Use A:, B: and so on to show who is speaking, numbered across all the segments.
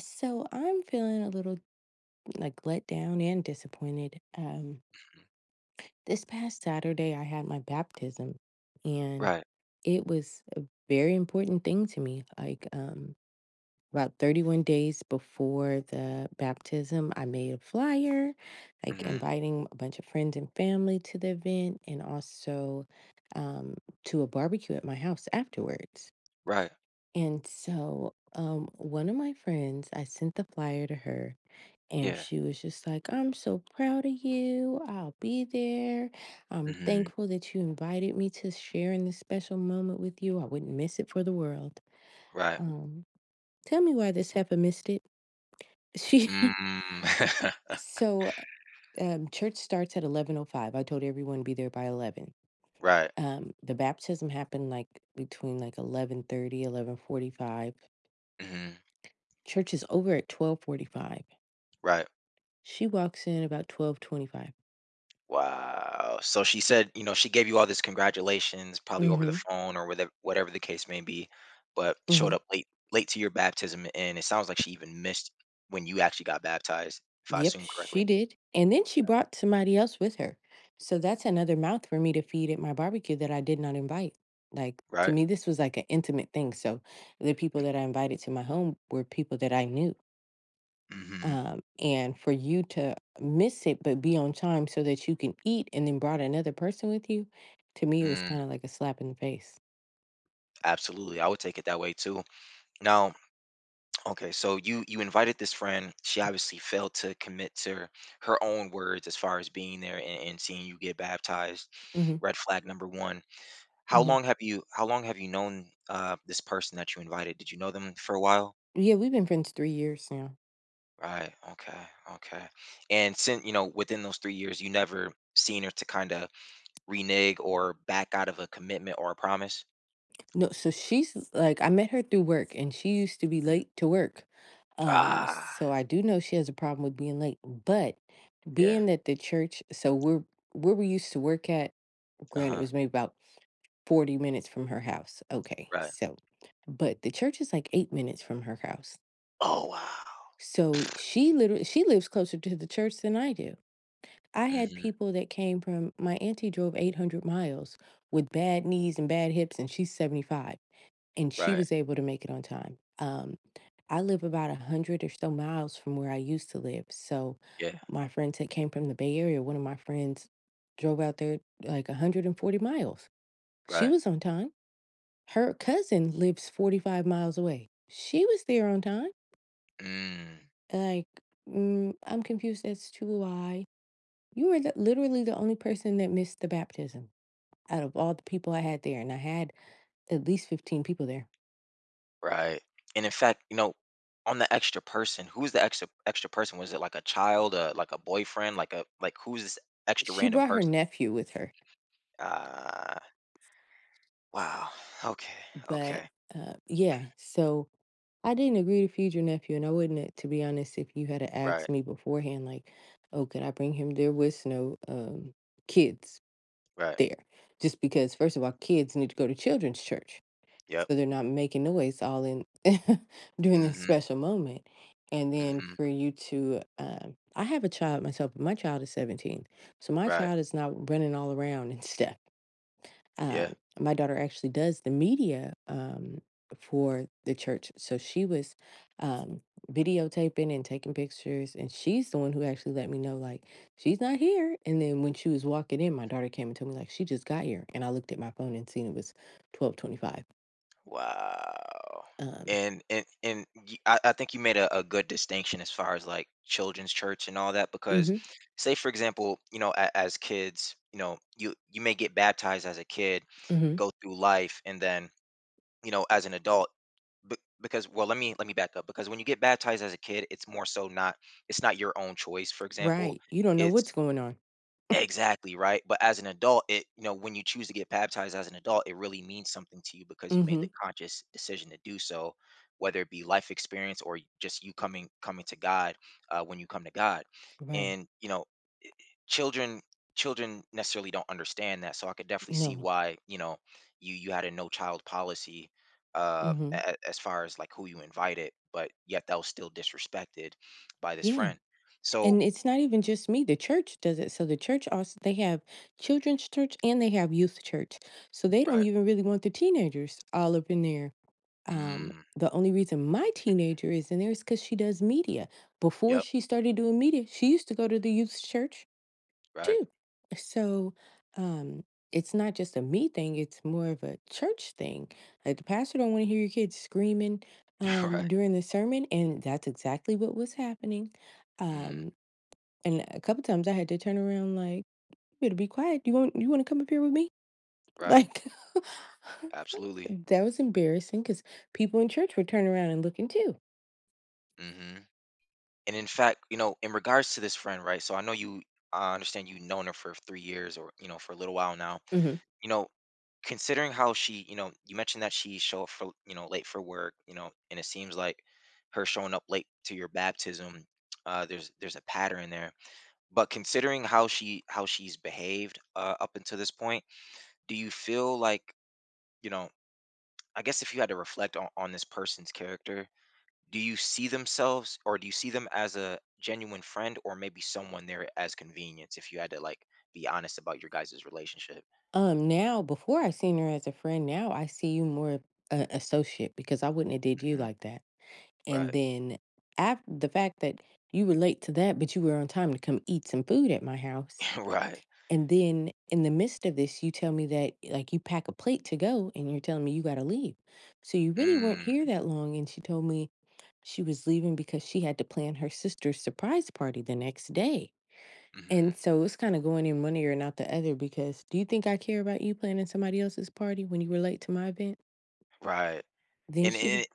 A: So I'm feeling a little like let down and disappointed. Um,
B: Mm.
A: this past Saturday, I had my baptism, and
B: Right.
A: it was a very important thing to me. Like, about 31 days before the baptism, I made a flyer, like
B: Mhm.
A: inviting a bunch of friends and family to the event, and also um, to a barbecue at my house afterwards.
B: Right.
A: And so, one of my friends, I sent the flyer to her. And
B: Yeah.
A: she was just like, I'm so proud of you. I'll be there. I'm
B: Mhm.
A: thankful that you invited me to share in this special moment with you. I wouldn't miss it for the world.
B: Right.
A: Um, tell me why this heifer missed it. She
B: Mm.
A: so church starts at 11:05. I told everyone to be there by 11.
B: Right.
A: The baptism happened like between like 11:30, 11:45.
B: Mhm.
A: Church is over at 12:45.
B: Right.
A: She walks in about 12:25.
B: Wow. So she said, you know, she gave you all this congratulations, probably over the
A: Mm-hmm.
B: phone or whatever the case may be, but
A: Mm-hmm.
B: showed up late to your baptism, and it sounds like she even missed when you actually got baptized, if I
A: Yep,
B: assume
A: she
B: correctly,
A: did. And then she brought somebody else with her. So that's another mouth for me to feed at my barbecue that I did not invite. Like, to
B: right?
A: me, this was like an intimate thing. So the people that I invited to my home were people that I knew.
B: Mhm.
A: And for you to miss it, but be on time so that you can eat and then brought another person with you, to me, it was
B: Mm,
A: kind of like a slap in the face.
B: absolutely. I would take it that way too. Now, okay, so you invited this friend. She obviously failed to commit to her own words as far as being there and seeing you get baptized.
A: Hmm.
B: Red flag number one.
A: Hmm.
B: How long have you known this person that you invited? Did you know them for a while?
A: Yeah, we've been friends 3 years now.
B: Right. Okay. Okay. And since you know within those 3 years, you never seen her to kind of renege or back out of a commitment or a promise.
A: No, so she's like I met her through work and she used to be
B: Mhm.
A: late to work. Um,
B: Ah.
A: so I do know she has a problem with being late, but
B: Yeah.
A: being that the church, so we're where we used to work at,
B: Uh
A: granted it
B: huh.
A: was maybe about 40 minutes from her house. Okay,
B: Right.
A: so but the church is like 8 minutes from her house.
B: Oh wow.
A: So she literally, she lives closer to the church than I do. I had
B: Hmm.
A: people that came from my auntie drove 800 miles with bad knees and bad hips, and she's 75. And she
B: Right.
A: was able to make it on time. I live about a hundred or so miles from where I used to live. So
B: Yeah.
A: my friends that came from the Bay Area, one of my friends drove out there like 140 miles. She
B: Right.
A: was on time. Her cousin lives 45 miles away. She was there on time.
B: Mm.
A: Like, I'm confused as to why you were literally the only person that missed the baptism out of all the people I had there. And I had at least 15 people there.
B: Right. And in fact, you know, on the extra person, who's the extra person? Was it like a child, like a boyfriend, like a who's this extra
A: She
B: random
A: brought her
B: person?
A: nephew with her.
B: Uh wow. Okay.
A: But
B: Okay.
A: yeah, so I didn't agree to feed your nephew, and I wouldn't, have, to be honest, if you had have asked
B: Right.
A: me beforehand, like, oh, could I bring him? There was no kids
B: Right.
A: there, just because first of all, kids need to go to children's church,
B: Yep.
A: so they're not making noise all in during this
B: Mm-hmm.
A: special moment. And then
B: Mm-hmm.
A: I have a child myself, but my child is 17, so my
B: Right.
A: child is not running all around and stuff.
B: Yeah.
A: Um, my daughter actually does the media, for the church. So she was, um, videotaping and taking pictures, and she's the one who actually let me know, like, she's not here. And then when she was walking in, my daughter came and told me, like, she just got here. And I looked at my phone and seen it was 12:25.
B: Wow.
A: Um,
B: I think you made a good distinction as far as like children's church and all that because
A: mm-hmm,
B: say for example, you know, as kids, you know, you may get baptized as a kid,
A: mm-hmm,
B: go through life and then, you know, as an adult be- because let me back up because when you get baptized as a kid it's not your own choice for example
A: right. You don't know what's
B: it's
A: going on.
B: exactly, right? But as an adult, it you know, when you choose to get baptized as an adult, it really means something to you because you made
A: Mm-hmm,
B: the conscious decision to do so, whether it be life experience or just you coming to God, when you come to God.
A: right.
B: And you know, children children necessarily don't understand that, so I could definitely see
A: No.
B: why you know you had a no child policy,
A: Mm-hmm.
B: as far as like who you invited, but yet that was still disrespected by this
A: Yeah.
B: friend. So
A: And it's not even just me, the church does it. So the church also they have children's church and they have youth church. So they don't
B: right,
A: even really want the teenagers all up in there. Um,
B: mm,
A: the only reason my teenager is in there is because she does media. Before
B: yep,
A: she started doing media, she used to go to the youth church
B: right.
A: too. So um it's not just a me thing, it's more of a church thing. Like the pastor don't want to hear your kids screaming
B: Right.
A: during the sermon, and that's exactly what was happening.
B: Mm,
A: Um and a couple times I had to turn around like, "You better be quiet. You wanna come up here with me?"
B: right.
A: Like,
B: Absolutely.
A: that was embarrassing because people in church were turning around and looking too.
B: Hmm. And in fact, you know, in regards to this friend, right? So I understand you've known her for 3 years or, you know, for a little while now.
A: Mhm.
B: You know, considering how she, you know, you mentioned that she show up for, you know, late for work, you know, and it seems like her showing up late to your baptism, there's a pattern there. But considering how she how she's behaved, up until this point, do you feel like, you know, I guess if you had to reflect on this person's character, do you see themselves or do you see them as a genuine friend or maybe someone there as convenience if you had to like be honest about your guys' relationship?
A: Now before I seen her as a friend, now I see you more a associate because I wouldn't have did you
B: Mhm.
A: like that. And
B: Right.
A: then after the fact that you relate to that, but you were on time to come eat some food at my house.
B: Right.
A: And then in the midst of this, you tell me that like you pack a plate to go and you're telling me you gotta leave. So you really weren't
B: Mm,
A: here that long. And she told me she was leaving because she had to plan her sister's surprise party the next day. And
B: hmm.
A: so it's kind of going in one ear and out the other because do you think I care about you planning somebody else's party when you were late to my event?
B: Right.
A: Then
B: And
A: she,
B: it,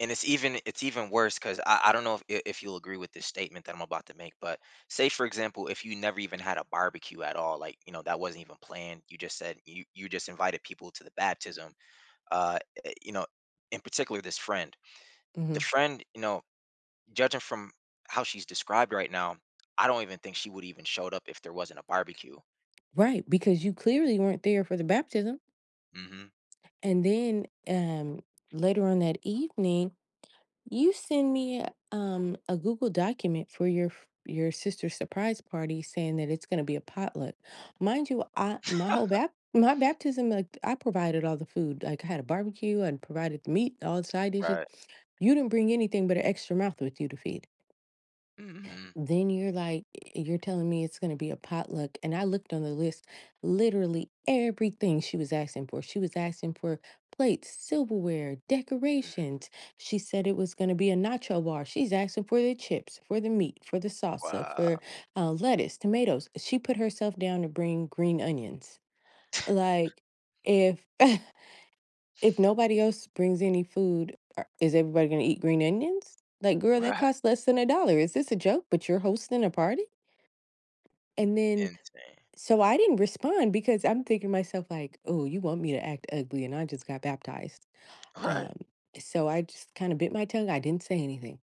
B: and it's even worse because I don't know if, if you'll agree with this statement that I'm about to make, but say for example, if you never even had a barbecue at all, like you know that wasn't even planned. You just said you just invited people to the baptism. Uh, you know, in particular this friend. The
A: Mhm.
B: friend, you know, judging from how she's described right now, I don't even think she would even showed up if there wasn't a barbecue.
A: Right, because you clearly weren't there for the baptism.
B: Mm-hmm.
A: And then later on that evening, you send me a, Google document for your sister's surprise party, saying that it's going to be a potluck. Mind you, I my whole bap my baptism, like I provided all the food. Like I had a barbecue and provided the meat, all the side dishes.
B: Right.
A: You didn't bring anything but an extra mouth with you to feed.
B: Mm-hmm.
A: Then you're like, you're telling me it's going to be a potluck. And I looked on the list, literally everything she was asking for. She was asking for plates, silverware,
B: Hmm.
A: decorations. She said it was going to be a nacho bar. She's asking for the chips, for the meat, for the salsa,
B: Wow.
A: for lettuce, tomatoes. She put herself down to bring green onions. Like, if if nobody else brings any food, is everybody going to eat green onions? Like, girl, that
B: Right.
A: costs less than a dollar. Is this a joke? But you're hosting a party? And then,
B: Insane.
A: so I didn't respond because I'm thinking to myself, like, oh, you want me to act ugly, and I just got baptized.
B: Right.
A: Um, so I just kind of bit my tongue. I didn't say anything.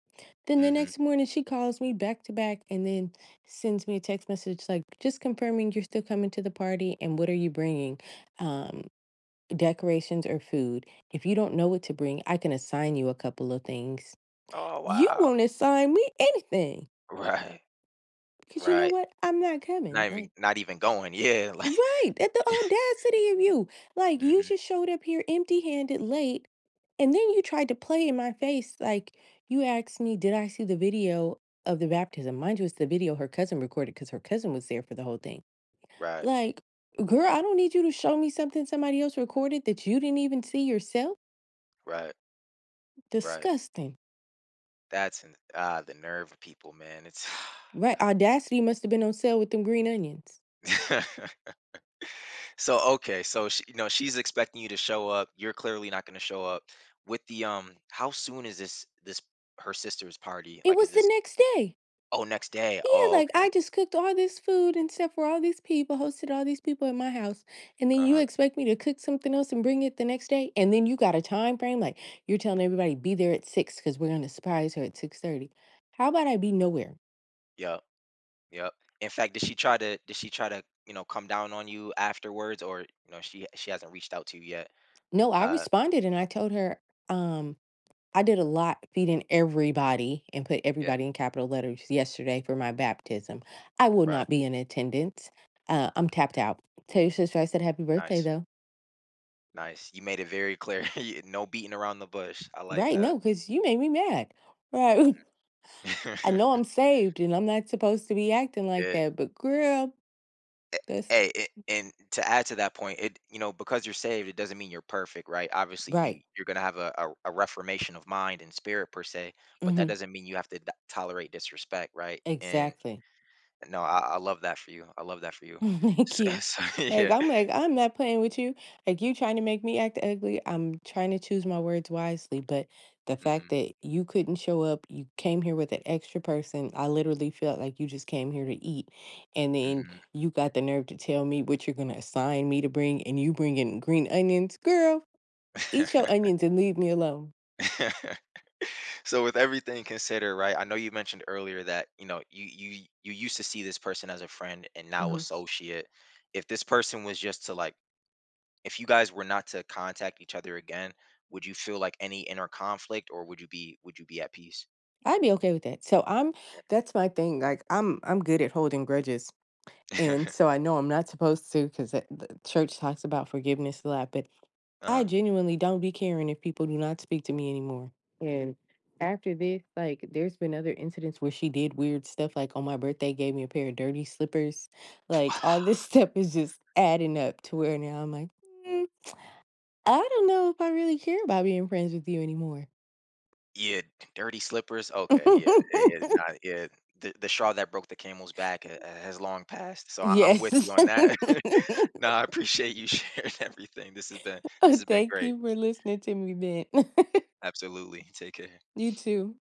A: Then the
B: Mm-hmm.
A: next morning, she calls me back to back and then sends me a text message like, just confirming you're still coming to the party and what are you bringing? Um, decorations or food. If you don't know what to bring, I can assign you a couple of things.
B: Oh
A: You
B: wow.
A: won't assign me anything
B: Right.
A: because you know
B: Right.
A: what? I'm not coming. Like,
B: Not even going. Yeah. Like
A: right, at the audacity of you. Like, you
B: hmm
A: just showed up here empty-handed late, and then you tried to play in my face, like, you asked me, "Did I see the video of the baptism?" Mind you, it's the video her cousin recorded because her cousin was there for the whole thing.
B: right.
A: Like, girl, I don't need you to show me something somebody else recorded that you didn't even see yourself.
B: Right. Right.
A: Disgusting.
B: That's in, ah the nerve of people, man. It's
A: Right, audacity must have been on sale with them green onions.
B: good. So okay, so she, you know she's expecting you to show up. You're clearly not going to show up. With the how soon is this her sister's party?
A: It
B: Like,
A: was
B: is
A: the
B: this
A: next day.
B: oh next day?
A: Yeah,
B: Oh
A: like
B: okay.
A: I just cooked all this food and stuff for all these people, hosted all these people at my house, and then
B: Uh
A: you
B: huh.
A: expect me to cook something else and bring it the next day, and then you got a time frame like you're telling everybody be there at 6 because we're gonna surprise her at 6:30. How about I be nowhere?
B: Yep. Yep. In fact, did she try to you know come down on you afterwards, or you know she hasn't reached out to you yet?
A: No, I
B: Uh
A: responded and I told her, um, I did a lot feeding everybody and put
B: yeah
A: everybody in capital letters yesterday for my baptism. I will
B: right.
A: not be in attendance. I'm tapped
B: Mm,
A: out. Tell your sister I said happy birthday
B: nice
A: though.
B: nice. You made it very clear. You- no beating around the bush. I like
A: Right,
B: that.
A: no, because you made me mad. Right. I know
B: Mhm.
A: I'm saved and I'm not supposed to be acting like
B: yeah.
A: that, but girl,
B: a-
A: that's
B: Hey, and to add to that point, it you know because you're saved, it doesn't mean you're perfect, right? Obviously, you
A: right.
B: you're gonna have a reformation of mind and spirit per se, but that
A: Mhm.
B: doesn't mean you have to tolerate disrespect, right? And
A: Exactly.
B: no, I love that for you. I love that for you.
A: Thank
B: So,
A: you.
B: so
A: Like
B: yeah.
A: I'm not playing with you. Like you trying to make me act ugly. I'm trying to choose my words wisely, but the fact
B: Hmm.
A: that you couldn't show up, you came here with an extra person. I literally felt like you just came here to eat. And then
B: Hmm.
A: you got the nerve to tell me what you're gonna assign me to bring and you bringing green onions. Girl, eat your onions and leave me alone.
B: So with everything considered, right? I know you mentioned earlier that you know you used to see this person as a friend and now
A: Mhm.
B: associate. If this person was just to if you guys were not to contact each other again, would you feel like any inner conflict or would you be at peace?
A: I'd be okay with that. So I'm
B: Yeah.
A: That's my thing. Like I'm good at holding grudges. And so I know I'm not supposed to because the church talks about forgiveness a lot, but I
B: uh-huh.
A: genuinely don't be caring if people do not speak to me anymore. And after this, like there's been other incidents where she did weird stuff like on my birthday gave me a pair of dirty slippers. Like all
B: Wow.
A: this stuff is just adding up to where now I'm like, "Mm, I don't know if I really care about being friends with you anymore."
B: Yeah, dirty slippers. Okay, yeah, it's not yeah. The straw that broke the camel's back has long passed. So I'm with you
A: Yes.
B: on that. No, I appreciate you sharing everything. This has been
A: Thank
B: great.
A: you for listening to me, Ben.
B: Absolutely. Take care.
A: You too.